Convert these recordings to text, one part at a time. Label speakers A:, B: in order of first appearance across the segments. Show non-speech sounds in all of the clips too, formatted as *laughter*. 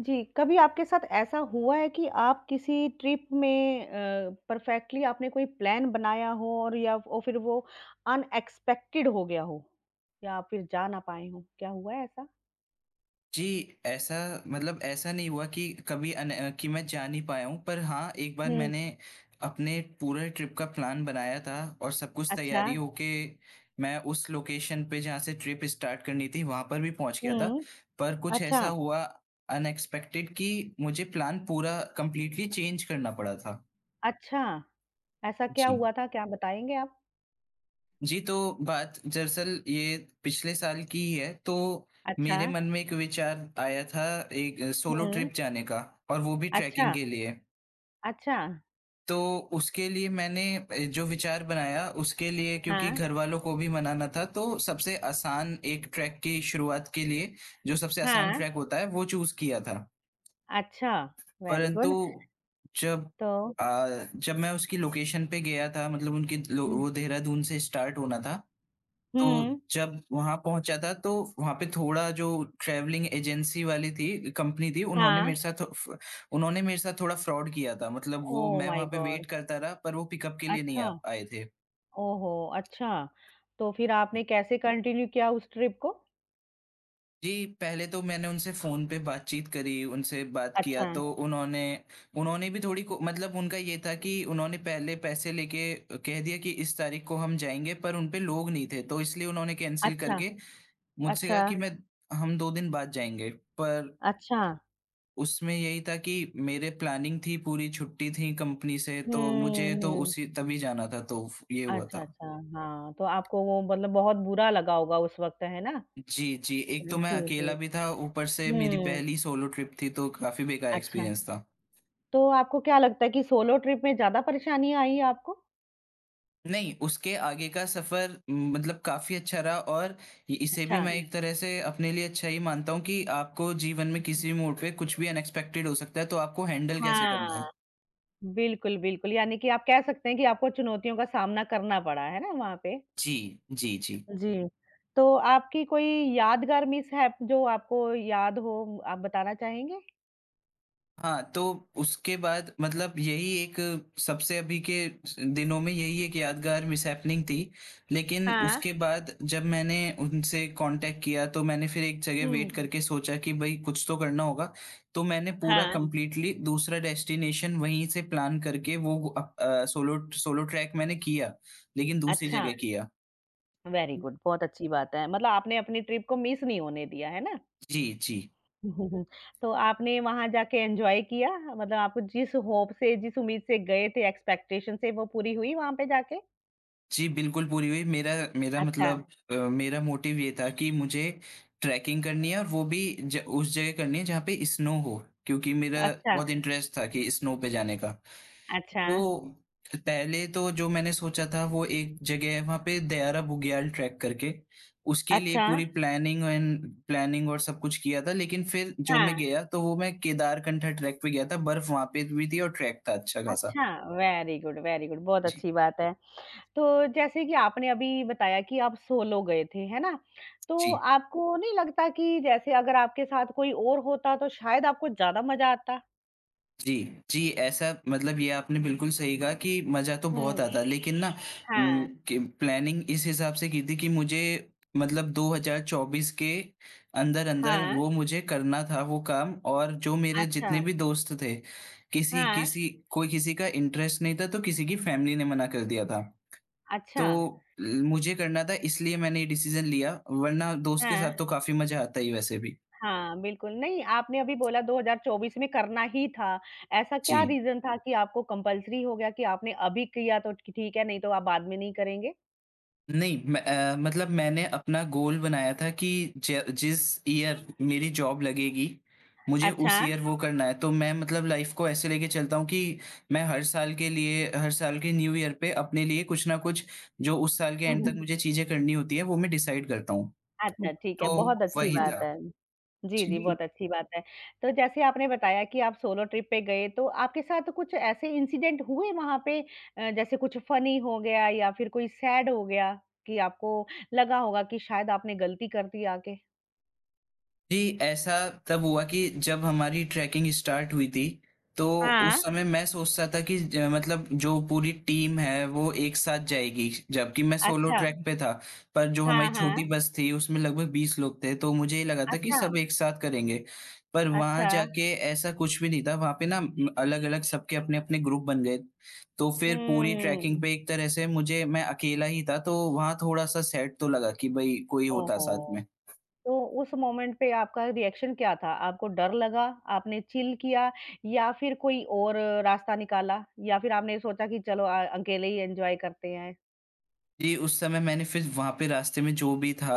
A: जी, कभी आपके साथ ऐसा हुआ है कि आप किसी ट्रिप में परफेक्टली आपने कोई प्लान बनाया हो और फिर वो अनएक्सपेक्टेड हो गया हो? या आप फिर जा ना पाए हों, क्या हुआ है ऐसा?
B: जी, ऐसा मतलब ऐसा नहीं हुआ कि कभी कि मैं जा नहीं पाया हूँ, पर हाँ, एक बार
A: हुँ,
B: मैंने अपने पूरे ट्रिप का प्लान बनाया था और सब कुछ
A: अच्छा।
B: तैयारी होके मैं उस लोकेशन पे जहाँ से ट्रिप स्टार्ट करनी थी, वहाँ पर भी पहुँच गया था।
A: हुँ,
B: पर कुछ ऐसा
A: अच्छा,
B: हुआ अनएक्सपेक्टेड कि मुझे प्लान पूरा कंप्लीटली चेंज करना पड़ा था।
A: अच्छा, ऐसा क्या
B: जी।
A: हुआ था? क्या बताएँगे आप?
B: जी, तो बात दरअसल ये पिछले साल की ही है, तो
A: अच्छा,
B: मेरे मन में एक विचार आया था एक सोलो
A: हुँ,
B: ट्रिप जाने का और वो भी ट्रैकिंग
A: अच्छा,
B: के लिए।
A: अच्छा,
B: तो उसके लिए मैंने जो विचार बनाया उसके लिए क्योंकि
A: हाँ,
B: घरवालों को भी मनाना था तो सबसे आसान एक ट्रैक की शुरुआत के लिए जो सबसे आसान
A: हाँ,
B: ट्रैक होता है वो चूज़ किया था।
A: अच्छा, वेरी
B: परंतु
A: गुड।
B: जब
A: तो
B: जब मैं उसकी लोकेशन पे गया था मतलब उनकी लो
A: हुँ,
B: वो देहरादून से स्टार्ट होना था तो
A: हुँ,
B: जब वहाँ पहुँचा था तो वहाँ पे थोड़ा जो ट्रैवलिंग एजेंसी वाली थी कंपनी थी,
A: हाँ,
B: उन्होंने मेरे साथ थोड़ा फ्रॉड किया था, मतलब वो
A: ओह
B: मैं
A: माय
B: वहाँ पे वेट
A: गॉड!
B: करता रहा पर वो पिकअप के लिए नहीं
A: अच्छा।
B: आ आए थे।
A: ओहो! अच्छा, तो फिर आपने कैसे कंटिन्यू किया उस ट्रिप को?
B: जी, पहले तो मैंने उनसे फ़ोन पे बातचीत करी, उनसे बात किया
A: अच्छा,
B: तो उन्होंने उन्होंने भी थोड़ी को मतलब उनका ये था कि उन्होंने पहले पैसे लेके कह दिया कि इस तारीख को हम जाएँगे पर उन पे लोग नहीं थे तो इसलिए उन्होंने कैंसल
A: अच्छा,
B: करके मुझसे
A: अच्छा,
B: कहा कि मैं हम 2 दिन बाद जाएँगे, पर
A: अच्छा।
B: उसमें यही था कि मेरे प्लानिंग थी, पूरी छुट्टी थी कंपनी से, तो
A: हुँ,
B: मुझे तो
A: हुँ।
B: उसी तभी जाना था, तो फ ये हुआ
A: अच्छा,
B: था।
A: अच्छा, हाँ, तो आपको वो मतलब बहुत बुरा लगा होगा उस वक़्त, है ना?
B: जी, जी, एक
A: हुँ,
B: तो मैं
A: जी, जी।
B: अकेला भी था, ऊपर से मेरी
A: हुँ,
B: पहली सोलो ट्रिप थी, तो काफ़ी बेकार
A: अच्छा,
B: एक्सपीरियंस था।
A: तो आपको क्या लगता है कि सोलो ट्रिप में ज़्यादा परेशानियाँ आई आपको?
B: नहीं, उसके आगे का सफ़र मतलब काफ़ी अच्छा रहा और इ इसे भी
A: अच्छा,
B: मैं, जी, एक तरह से अपने लिए अच्छा ही मानता हूँ कि आपको जीवन में किसी भी मोड़ पे कुछ भी अनएक्सपेक्टेड हो सकता है, तो आपको हैंडल कैसे हुँ। करना है।
A: हाँ, बिल्कुल, बिल्कुल, यानी कि आप कह सकते हैं कि आपको चुनौतियों का सामना करना पड़ा, है ना वहाँ पे?
B: जी, जी, जी।
A: जी, तो आपकी कोई यादगार मिसहैप जो आपको याद हो आप बताना चाहेंगे?
B: हाँ, तो उसके बाद मतलब यही एक सबसे अभी के स दिनों में यही एक यादगार मिसहैपनिंग थी। लेकिन
A: हाँ।
B: उसके, हाँ, बाद जब मैंने उनसे कॉन्टैक्ट किया तो मैंने फिर एक जगह
A: हुँ।
B: वेट करके सोचा कि भई कुछ तो करना होगा। तो मैंने पूरा, हाँ,
A: हाँ।
B: कंप्लीटली दूसरा डेस्टिनेशन वहीं से प्लान करके वो सोलो सोलो ट्रैक मैंने किया, लेकिन दूसरी
A: अच्छा,
B: जगह किया।
A: वेरी
B: अच्छा।
A: गुड बहुत अच्छी बात है, मतलब आपने अपनी ट्रिप को मिस नहीं होने दिया, है ना?
B: जी, जी।
A: *laughs* तो आपने वहाँ जाके एन्जॉय किया? मतलब आप जिस होप से, जिस उम्मीद से गए थे, एक्सपेक्टेशन से वो पूरी हुई वहाँ पे जाके?
B: जी, बिल्कुल पूरी हुई। मेरा मेरा
A: अच्छा,
B: मतलब मेरा मोटिव ये था कि मुझे ट्रैकिंग करनी है और वो भी ज उस जगह करनी है जहाँ पे स्नो हो, क्योंकि मेरा
A: अच्छा,
B: बहुत इंटरेस्ट था कि स्नो पे जाने का।
A: अच्छा,
B: तो पहले तो जो मैंने सोचा था वो एक जगह है वहाँ पे दयारा बुग्याल ट्रैक करके, उसके लिए
A: अच्छा,
B: पूरी प्लानिंग एंड प्लानिंग और सब कुछ किया था। लेकिन फिर जो
A: हाँ,
B: मैं गया तो वो मैं केदारकंठा ट्रैक पे गया था, बर्फ वहाँ पे भी थी और ट्रैक था अच्छा खासा।
A: अच्छा, वेरी गुड बहुत
B: जी,
A: अच्छी बात है। तो जैसे कि आपने अभी बताया कि आप सोलो गए थे, है ना? तो
B: जी।
A: आपको नहीं लगता कि जैसे अगर आपके साथ कोई और होता तो शायद आपको ज़्यादा मज़ा आता?
B: जी, जी, ऐसा मतलब ये आपने बिल्कुल सही कहा कि मज़ा तो
A: हुँ,
B: बहुत आता है, लेकिन ना
A: हाँ,
B: कि प्लानिंग इस हिसाब से की थी कि मुझे मतलब 2024 के अंदर-अंदर
A: हाँ,
B: वो मुझे करना था वो काम, और जो मेरे
A: अच्छा,
B: जितने भी दोस्त थे, किसी
A: हाँ,
B: किसी कोई किसी का इंटरेस्ट नहीं था तो किसी की फैमिली ने मना कर दिया था।
A: अच्छा,
B: तो ल मुझे करना था इसलिए मैंने ये डिसीज़न लिया वरना दोस्त के
A: हाँ,
B: साथ तो काफ़ी मज़ा आता ही वैसे भी।
A: हाँ, बिल्कुल। नहीं, आपने अभी बोला 2024 में करना ही था, ऐसा क्या
B: जी।
A: रीज़न था कि आपको कंपल्सरी हो गया कि आपने अभी किया तो ठीक है, नहीं तो आप बाद में नहीं करेंगे?
B: नहीं मैं मतलब मैंने अपना गोल बनाया था कि ज जिस ईयर मेरी जॉब लगेगी, मुझे
A: अच्छा।
B: उस ईयर वो करना है। तो मैं मतलब लाइफ़ को ऐसे लेके चलता हूँ कि मैं हर साल के लिए हर साल के न्यू ईयर पे अपने लिए कुछ ना कुछ जो उस साल के एंड तक
A: *laughs*
B: हुँ। मुझे चीज़ें करनी होती हैं, वो मैं डिसाइड करता हूँ। ओके,
A: अच्छा, ठीक है, बहुत
B: तो
A: अच्छी
B: वही, जी,
A: बात
B: था।
A: है। जी, जी,
B: जी।
A: बहुत अच्छी बात है। तो जैसे आपने बताया कि आप सोलो ट्रिप पे गए, तो आपके साथ कुछ ऐसे इंसिडेंट हुए वहाँ पे जैसे कुछ फ़नी हो गया या फिर कोई सैड हो गया कि आपको लगा होगा कि शायद आपने गलती कर दी आके?
B: जी, ऐसा तब हुआ कि जब हमारी ट्रैकिंग स्टार्ट हुई थी, तो
A: हाँ।
B: उस समय मैं सोचता था कि ज मतलब जो पूरी टीम है वो एक साथ जाएगी, जबकि मैं सोलो
A: अच्छा।
B: ट्रैक पे था। पर जो
A: हाँ,
B: हमारी छोटी
A: हाँ।
B: बस थी उसमें लगभग 20 लोग थे, तो मुझे ये लगा था कि
A: अच्छा,
B: सब एक साथ करेंगे। पर वहाँ
A: अच्छा।
B: जाके ऐसा कुछ भी नहीं था, वहाँ पे ना अलग-अलग सबके अपने-अपने ग्रुप बन गए। तो फिर पूरी
A: हुँ।
B: ट्रैकिंग पे एक तरह से मुझे मैं अकेला ही था, तो वहाँ थोड़ा-सा सैड तो लगा कि भई कोई होता
A: ओहो!
B: साथ में।
A: तो उस मोमेंट पे आपका रिएक्शन क्या था? आपको डर लगा, आपने चिल किया या फिर कोई और रास्ता निकाला या फिर आपने सोचा कि चलो अकेले ही एन्जॉय करते हैं?
B: जी, उस समय मैंने फिर वहाँ पे रास्ते में जो भी था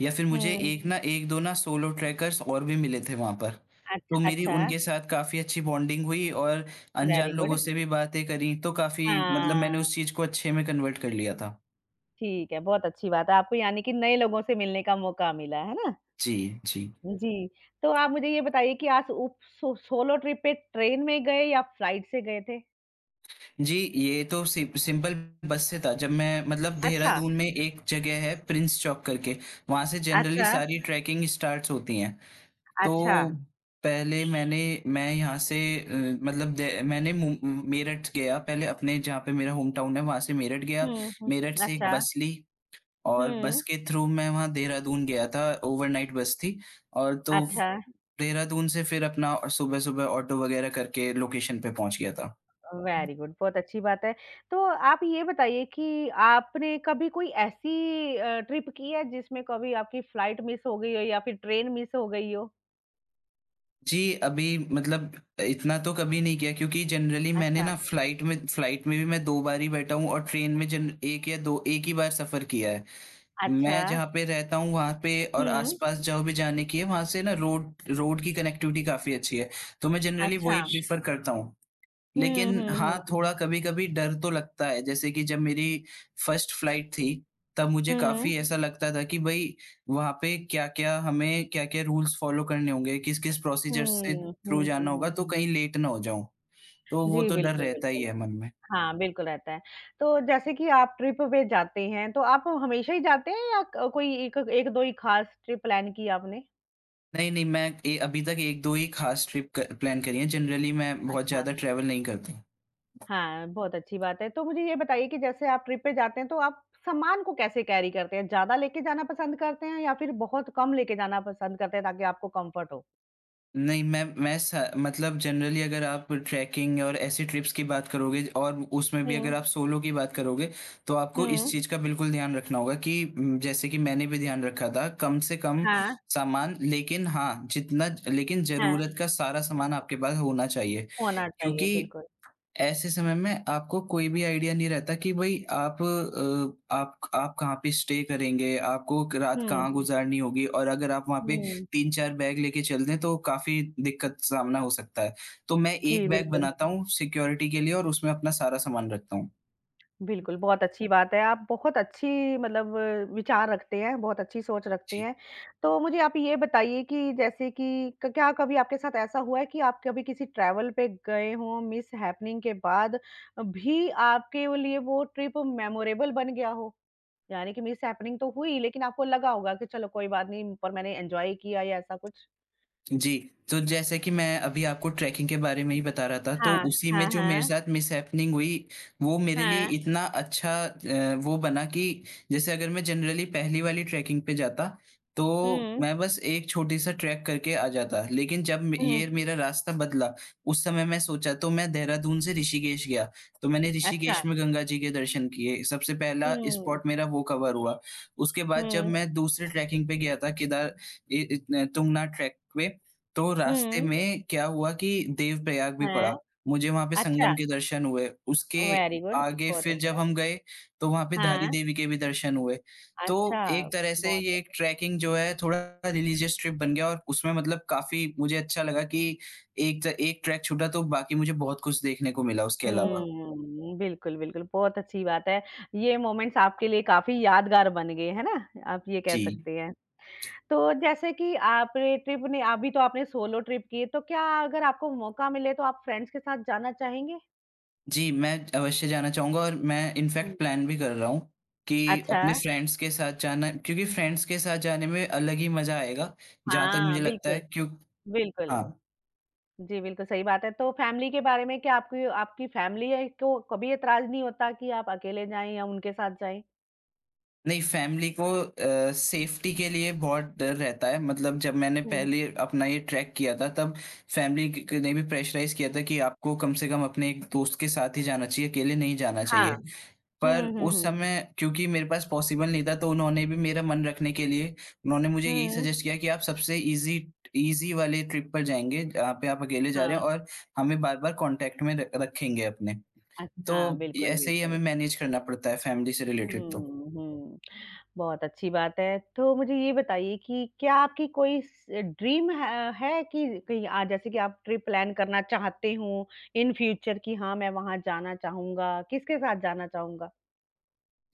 B: या फिर मुझे
A: हुँ।
B: एक ना 1-2 ना सोलो ट्रैकर्स और भी मिले थे वहाँ पर।
A: अच्छा
B: तो मेरी
A: अच्छा,
B: उनके साथ काफ़ी अच्छी बॉन्डिंग हुई और अनजान
A: वेरी
B: लोगों
A: गुड।
B: से भी बातें करी, तो काफ़ी मतलब
A: हाँ,
B: मैंने उस चीज़ को अच्छे में कन्वर्ट कर लिया था।
A: ठीक है, बहुत अच्छी बात है। आपको यानी कि नए लोगों से मिलने का मौका मिला, है ना?
B: जी, जी।
A: जी, तो आप मुझे ये बताइए कि आप उप सो सोलो ट्रिप पे ट्रेन में गए या फ्लाइट से गए थे?
B: जी, ये तो सिम सिंपल बस से था। जब मैं मतलब
A: अच्छा,
B: देहरादून में एक जगह है प्रिंस चौक करके, वहाँ से जनरली
A: अच्छा,
B: सारी ट्रैकिंग स्टार्ट्स होती हैं। तो
A: अच्छा।
B: पहले मैं यहाँ से मतलब दे मैंने मु मेरठ गया पहले, अपने जहाँ पे मेरा होम टाउन है वहाँ से मेरठ गया।
A: हुँ, हुँ,
B: मेरठ से एक
A: अच्छा।
B: बस ली और बस
A: हुँ,
B: के थ्रू मैं वहाँ देहरादून गया था, ओवरनाइट बस थी और तो
A: अच्छा,
B: देहरादून से फिर अपना सुबह-सुबह ऑटो वगैरह करके लोकेशन पे पहुँच गया था।
A: वेरी गुड, बहुत अच्छी बात है। तो आप ये बताइए कि आपने कभी कोई ऐसी ट्रिप की है जिसमें कभी आपकी फ्लाइट मिस हो गई हो या फिर ट्रेन मिस हो गई हो?
B: जी, अभी मतलब इतना तो कभी नहीं किया क्योंकि जनरली मैंने
A: अच्छा,
B: ना फ्लाइट में भी मैं 2 बार ही बैठा हूँ और ट्रेन में जन 1 या 2, 1 ही बार सफ़र किया है।
A: अच्छा।
B: मैं जहाँ पे रहता हूँ वहाँ पे और
A: हुँ,
B: आस-पास जो भी जाने की है वहाँ से ना रोड रोड की कनेक्टिविटी काफ़ी अच्छी है, तो मैं जनरली
A: अच्छा।
B: वही प्रेफ़र करता हूँ।
A: हुँ,
B: लेकिन
A: हुँ,
B: हाँ,
A: हुँ,
B: थोड़ा कभी-कभी डर तो लगता है, जैसे कि जब मेरी फर्स्ट फ्लाइट थी, तब मुझे
A: हुँ,
B: काफ़ी ऐसा लगता था कि भई वहाँ पे क्या-क्या हमें क्या-क्या रूल्स फ़ॉलो करने होंगे, किस-किस प्रोसीजर से
A: हुँ,
B: थ्रू
A: हुँ, हुँ,
B: जाना होगा
A: हुँ।
B: तो कहीं लेट ना हो जाऊँ। तो वो
A: जी,
B: तो डर
A: बिल्कुल,
B: रहता ही
A: बिल्कुल।
B: है मन में।
A: हाँ, बिल्कुल रहता है। तो जैसे कि आप ट्रिप पे जाते हैं, तो आप हमेशा ही जाते हैं या क कोई एक 1-2 ही खास ट्रिप प्लान की आपने?
B: नहीं, नहीं मैं ए अभी तक 1-2 ही ख़ास ट्रिप क प्लान करी हैं, जनरली मैं बहुत
A: अच्छा।
B: ज़्यादा ट्रैवल नहीं करता।
A: हाँ, बहुत अच्छी बात है। तो मुझे ये बताइए कि जैसे आप ट्रिप पे जाते हैं, तो आप सामान को कैसे कैरी करते हैं? ज़्यादा लेके जाना पसंद करते हैं या फिर बहुत कम लेके जाना पसंद करते हैं ताकि आपको कम्फ़र्ट हो?
B: नहीं, मैं स मतलब जनरली अगर आप ट्रैकिंग और ऐसी ट्रिप्स की बात करोगे और उसमें भी
A: हुँ,
B: अगर आप सोलो की बात करोगे, तो आपको इस हुँ।
A: हुँ।
B: चीज़ का बिल्कुल ध्यान रखना होगा कि जैसे कि मैंने भी ध्यान रखा था, कम से कम, हाँ,
A: हाँ,
B: सामान, लेकिन हाँ, जितना लेकिन
A: हाँ,
B: ज़रूरत का सारा सामान आपके पास होना चाहिए।
A: होना चाहिए,
B: क्योंकि
A: बिल्कुल।
B: ऐसे समय में आपको कोई भी आइडिया नहीं रहता कि भई आप आप कहाँ पे स्टे करेंगे, आपको क रात
A: हुँ,
B: कहाँ, जी, गुज़ारनी होगी और अगर आप वहाँ पे हुँ।
A: हुँ।
B: 3-4 बैग लेके चल दें, तो काफ़ी दिक्कत सामना हो सकता है। तो मैं
A: जी,
B: 1 बैग हुँ।
A: बिल्कुल।
B: बनाता हूँ सिक्योरिटी के लिए और उसमें अपना सारा सामान रखता हूँ।
A: बिल्कुल, बहुत अच्छी बात है। आप बहुत अच्छी मतलब विचार रखते हैं, बहुत अच्छी सोच रखते
B: जी।
A: हैं। तो मुझे आप ये बताइए कि जैसे कि क क्या कभी आपके साथ ऐसा हुआ है कि आप कभी किसी ट्रैवल पे गए हों, मिसहैपनिंग के बाद भी आपके वो लिए वो ट्रिप मेमोरेबल बन गया हो? यानी कि मिसहैपनिंग तो हुई, लेकिन आपको लगा होगा कि चलो कोई बात नहीं, पर मैंने एन्जॉय किया या ऐसा कुछ?
B: जी, तो जैसे कि मैं अभी आपको ट्रैकिंग के बारे में ही बता रहा था, तो
A: हाँ,
B: उसी में
A: हाँ,
B: जो मेरे
A: हाँ,
B: साथ मिसहैपनिंग हुई, वो मेरे लिए
A: हाँ।
B: इतना अच्छा वो बना कि जैसे अगर मैं जनरली पहली वाली ट्रैकिंग पे जाता, तो
A: हुँ,
B: मैं बस एक छोटी-सा ट्रैक करके आ जाता। लेकिन जब म
A: हुँ।
B: ये मेरा रास्ता बदला, उस समय मैं सोचा तो मैं देहरादून से ऋषिकेश गया, तो मैंने
A: अच्छा।
B: ऋषिकेश में गंगा जी के दर्शन किए। सबसे पहला
A: हुँ,
B: स्पॉट मेरा वो कवर हुआ। उसके बाद जब
A: हुँ,
B: मैं दूसरे ट्रैकिंग पे गया था, केदार ए ए तुंगनाथ ट्रैक पे, तो रास्ते
A: हुँ।
B: में क्या हुआ कि देवप्रयाग भी
A: हैं।
B: पड़ा। मुझे वहाँ पे
A: अच्छा,
B: संगम के दर्शन हुए। उसके
A: वेरी गुड,
B: आगे
A: बहुत
B: फिर जब
A: अच्छा।
B: हम गए तो वहाँ पे
A: हाँ,
B: धारी देवी के भी दर्शन हुए। तो
A: अच्छा,
B: एक तरह से ये
A: बहुत
B: एक ट्रैकिंग जो है थोड़ा रिलीजियस ट्रिप बन गया और उसमें मतलब काफ़ी मुझे अच्छा लगा कि एक ट्रैक छूटा तो बाकी मुझे बहुत कुछ देखने को मिला उसके अलावा। ओह!
A: हुँ, बिल्कुल, बिल्कुल, बहुत अच्छी बात है। ये मोमेंट्स आपके लिए काफ़ी यादगार बन गए, है ना? आप ये कह
B: जी।
A: सकते हैं। तो जैसे कि आपने ट्रिप ने अभी तो आपने सोलो ट्रिप की है, तो क्या अगर आपको मौका मिले तो आप फ्रेंड्स के साथ जाना चाहेंगे?
B: जी, मैं अवश्य जाना चाहूँगा और मैं
A: हुँ,
B: इनफ़ैक्ट प्लान भी कर रहा हूँ कि
A: अच्छा,
B: अपने अच्छा। फ्रेंड्स के साथ जाना, क्योंकि फ्रेंड्स के साथ जाने में अलग ही मज़ा आएगा, जहाँ तक
A: हाँ,
B: मुझे लगता
A: बिल्कुल,
B: है। क्यों?
A: बिल्कुल।
B: हाँ,
A: जी, बिल्कुल सही बात है। तो फैमिली के बारे में क्या आपकी आपकी फैमिली है को कभी ऐतराज़ नहीं होता कि आप अकेले जाएँ या उनके साथ जाएँ?
B: नहीं, फ़ैमिली को सेफ़्टी के लिए बहुत डर रहता है, मतलब जब मैंने
A: हुँ,
B: पहले अपना ये ट्रैक किया था तब फ़ैमिली क ने भी प्रेशराइज़ किया था कि आपको कम से कम अपने एक दोस्त के साथ ही जाना चाहिए, अकेले नहीं जाना
A: हाँ।
B: चाहिए। पर
A: हुँ, हुँ,
B: उस
A: हुँ।
B: समय क्योंकि मेरे पास पॉसिबल नहीं था, तो उन्होंने भी मेरा मन रखने के लिए उन्होंने मुझे यही
A: हुँ,
B: सजेस्ट किया कि आप सबसे ईज़ी ईज़ी वाले ट्रिप पर जाएँगे, जहाँ पे आप अकेले जा रहे
A: हाँ,
B: हैं, और हमें बार-बार कॉन्टैक्ट में र रखेंगे अपने।
A: अच्छा
B: तो
A: हाँ, बिल्कुल,
B: ऐसे ही हमें
A: बिल्कुल।
B: मैनेज करना पड़ता है फैमिली से रिलेटेड तो।
A: हुँ, हुँ, बहुत अच्छी बात है। तो मुझे ये बताइए कि क्या आपकी कोई स ड्रीम ह है कि कहीं आ जैसे कि आप ट्रिप प्लान करना चाहते हो इन फ्यूचर कि हाँ, मैं वहाँ जाना चाहूँगा, किसके साथ जाना चाहूँगा?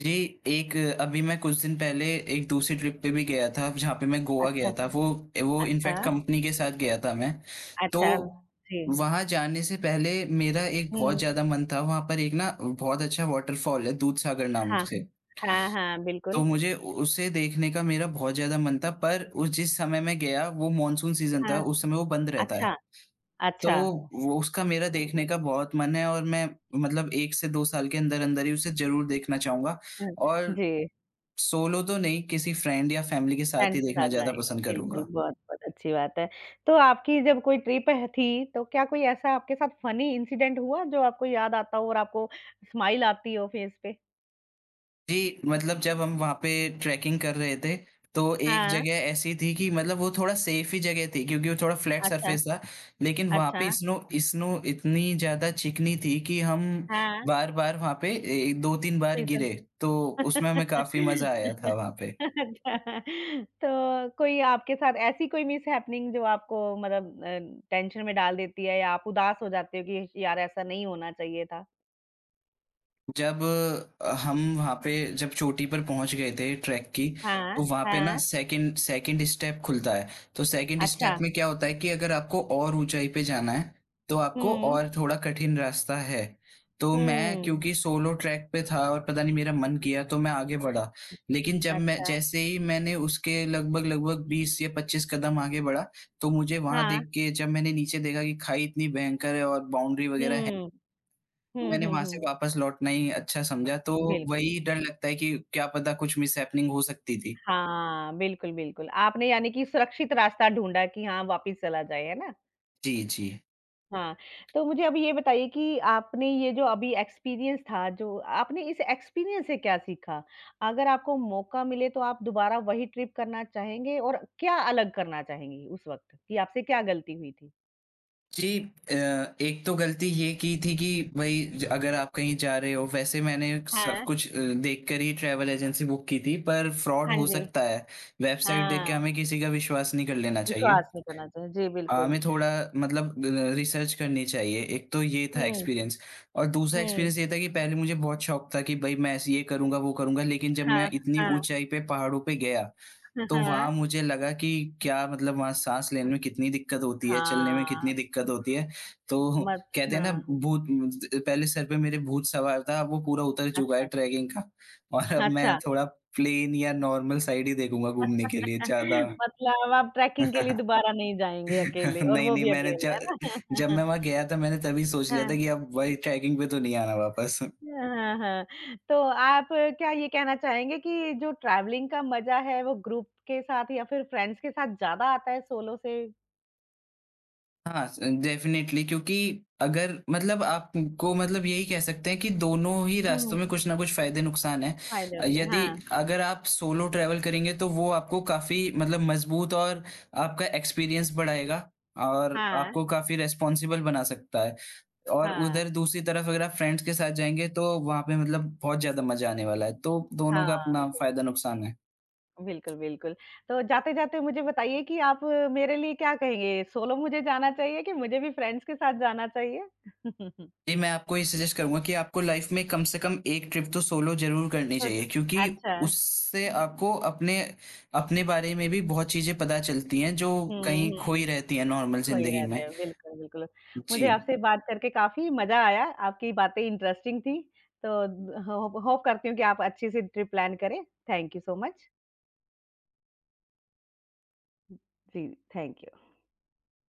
B: जी, एक अभी मैं कुछ दिन पहले एक दूसरी ट्रिप पे भी गया था, जहाँ पे मैं गोवा
A: अच्छा,
B: गया था। वो
A: अच्छा,
B: इनफैक्ट कंपनी के साथ गया था मैं। तो
A: अच्छा। जी।
B: वहाँ जाने से पहले मेरा एक बहुत
A: हुँ,
B: ज़्यादा मन था, वहाँ पर एक ना बहुत अच्छा वाटरफॉल है दूधसागर नाम
A: हाँ,
B: से।
A: हाँ, हाँ,
B: तो
A: बिल्कुल।
B: मुझे उसे देखने का मेरा बहुत ज़्यादा मन था, पर उस जिस समय मैं गया वो मानसून सीज़न था,
A: हाँ,
B: उस समय वो बंद रहता है।
A: अच्छा,
B: तो
A: अच्छा।
B: वो उसका मेरा देखने का बहुत मन है, और मैं मतलब 1 से 2 साल के अंदर-अंदर ही उसे ज़रूर देखना चाहूँगा।
A: हुँ,
B: और
A: जी।
B: सोलो तो नहीं, किसी फ्रेंड या फैमिली के साथ
A: फ्रेंड
B: ही
A: के
B: देखना
A: साथ
B: ज़्यादा
A: जाएँगे,
B: पसंद
A: बिल्कुल,
B: करूँगा।
A: बहुत-बहुत अच्छी बात है। तो आपकी जब कोई ट्रिप ह थी, तो क्या कोई ऐसा आपके साथ फ़नी इंसिडेंट हुआ, जो आपको याद आता हो और आपको स्माइल आती हो फेस पे?
B: जी, मतलब जब हम वहाँ पे ट्रैकिंग कर रहे थे, तो एक
A: हाँ,
B: जगह ऐसी थी कि मतलब वो थोड़ा सेफ ही जगह थी, क्योंकि वो थोड़ा फ्लैट
A: अच्छा,
B: सरफेस था, लेकिन वहाँ
A: अच्छा,
B: पे स्नो स्नो इतनी ज़्यादा चिकनी थी कि हम
A: हाँ,
B: बार-बार वहाँ पे ए 2-3 बार
A: बिल्कुल।
B: गिरे, तो उसमें हमें काफ़ी मज़ा आया था
A: *laughs*
B: वहाँ पे।
A: अच्छा, तो कोई आपके साथ ऐसी कोई मिसहैपनिंग जो आपको मतलब टेंशन में डाल देती है या आप उदास हो जाते हो कि यार ऐसा नहीं होना चाहिए था?
B: जब अ, हम वहाँ पे जब चोटी पर पहुँच गए थे ट्रैक की,
A: हाँ,
B: तो वहाँ पे ना
A: हाँ,
B: सेकंड सेकंड स्टेप खुलता है। तो सेकंड स्टेप
A: अच्छा।
B: में क्या होता है कि अगर आपको और ऊँचाई पे जाना है, तो आपको
A: हुँ,
B: और थोड़ा कठिन रास्ता है। तो मैं
A: हुँ,
B: क्योंकि सोलो ट्रैक पे था और पता नहीं मेरा मन किया तो मैं आगे बढ़ा। लेकिन जब मैं
A: अच्छा।
B: जैसे ही मैंने उसके लगभग-लगभग 20 या 25 कदम आगे बढ़ा, तो मुझे वहाँ
A: हाँ।
B: देख के जब मैंने नीचे देखा कि खाई इतनी भयंकर है और बाउंड्री वगैरह है,
A: हुँ।
B: तो
A: हुँ,
B: मैंने
A: हुँ,
B: वहाँ से
A: हुँ।
B: वापस लौटना ही अच्छा समझा। तो
A: बिल्कुल।
B: वही डर लगता है कि क्या पता, कुछ मिसहैपनिंग हो सकती थी।
A: हाँ, बिल्कुल, बिल्कुल। आपने यानी कि सुरक्षित रास्ता ढूँढा कि हाँ, वापिस चला जाए, है ना?
B: जी, जी।
A: हाँ, तो मुझे अब ये बताइए कि आपने ये जो अभी एक्सपीरियंस था, जो आपने इस एक्सपीरियंस से क्या सीखा? अगर आपको मौका मिले तो आप दोबारा वही ट्रिप करना चाहेंगे और क्या अलग करना चाहेंगी उस वक़्त कि आपसे क्या गलती हुई थी?
B: जी, एक तो गलती ये की थी कि भई, ज अगर आप कहीं जा रहे हो, वैसे मैंने सब
A: हाँ।
B: कुछ देख कर ही ट्रैवल एजेंसी बुक की थी पर फ्रॉड
A: हाँ
B: हो
A: जी।
B: सकता है। वेबसाइट देख
A: हाँ,
B: के हमें किसी का विश्वास नहीं कर लेना चाहिए।
A: विश्वास नहीं करना चाहिए। जी,
B: हाँ,
A: बिल्कुल।
B: हमें थोड़ा मतलब रिसर्च करनी चाहिए। एक तो ये था
A: हुँ,
B: एक्सपीरियंस, और दूसरा
A: हुँ।
B: एक्सपीरियंस ये था कि पहले मुझे बहुत शौक था कि भई मैं ऐसे ये करूँगा, वो करूँगा, लेकिन जब मैं
A: हाँ,
B: इतनी
A: हाँ।
B: ऊँचाई पे पहाड़ों पे गया,
A: हाँ,
B: तो वहाँ
A: हाँ।
B: मुझे लगा कि क्या मतलब वहाँ साँस लेने में कितनी दिक्कत होती है, चलने में कितनी
A: हाँ,
B: दिक्कत होती है। तो
A: मत
B: कहते हैं ना,
A: हाँ,
B: भूत ज पहले सर पे मेरे भूत सवार था, अब वो पूरा उतर चुका है
A: अच्छा,
B: ट्रैकिंग का। और अब मैं
A: अच्छा।
B: थोड़ा प्लेन या नॉर्मल साइड ही देखूँगा घूमने के लिए ज़्यादा।
A: *laughs* मतलब आप ट्रैकिंग के लिए
B: *laughs*
A: दोबारा नहीं जाएँगे
B: *laughs*
A: अकेले और
B: नहीं,
A: वो
B: नहीं,
A: भी
B: मैंने
A: अकेले, है
B: जब जब
A: ना?
B: मैं वहाँ
A: *laughs*
B: गया था मैंने तभी सोच लिया था
A: हाँ।
B: कि अब वही ट्रैकिंग पे तो नहीं आना वापस।
A: हाँ, हाँ। तो आप क्या ये कहना चाहेंगे कि जो ट्रैवलिंग का मज़ा है वो ग्रुप के साथ या फिर फ्रेंड्स के साथ ज़्यादा आता है सोलो से?
B: हाँ, स डेफ़िनेटली, क्योंकि अगर मतलब आपको मतलब यही कह सकते हैं कि दोनों ही
A: हुँ,
B: रास्तों में कुछ न कुछ फ़ायदे-नुकसान हैं।
A: फ़ायदे होते हैं।
B: यदि
A: हाँ।
B: अगर आप सोलो ट्रैवल करेंगे तो वो आपको काफ़ी मतलब मज़बूत और आपका एक्सपीरियंस बढ़ाएगा, और
A: हाँ,
B: आपको काफ़ी रिस्पॉन्सिबल बना सकता है। और उधर
A: हाँ,
B: दूसरी तरफ अगर आप फ्रेंड्स के साथ जाएँगे, तो वहाँ पे मतलब बहुत ज़्यादा मज़ा आने वाला है। तो दोनों का
A: हाँ।
B: अपना फ़ायदा-नुकसान है।
A: बिल्कुल, बिल्कुल। तो जाते-जाते मुझे बताइए कि आप मेरे लिए क्या कहेंगे? सोलो मुझे जाना चाहिए कि मुझे भी फ्रेंड्स के साथ जाना चाहिए? *laughs*
B: जी, मैं आपको ये सजेस्ट करूँगा कि आपको लाइफ़ में कम से कम एक ट्रिप तो सोलो ज़रूर करनी चाहिए, क्योंकि
A: अच्छा।
B: उससे आपको अपने अपने बारे में भी बहुत चीज़ें पता चलती हैं जो कहीं
A: हुँ,
B: खोई
A: हुँ।
B: रहती हैं नॉर्मल
A: खोए
B: ज़िंदगी
A: रहते
B: में।
A: हैं। बिल्कुल, बिल्कुल।
B: जी।
A: मुझे आपसे बात करके काफ़ी मज़ा आया, आपकी बातें इंटरेस्टिंग थी। तो होप होप करती हूँ कि आप अच्छी-सी ट्रिप प्लान करें। Thank you so much. जी, थैंक यू।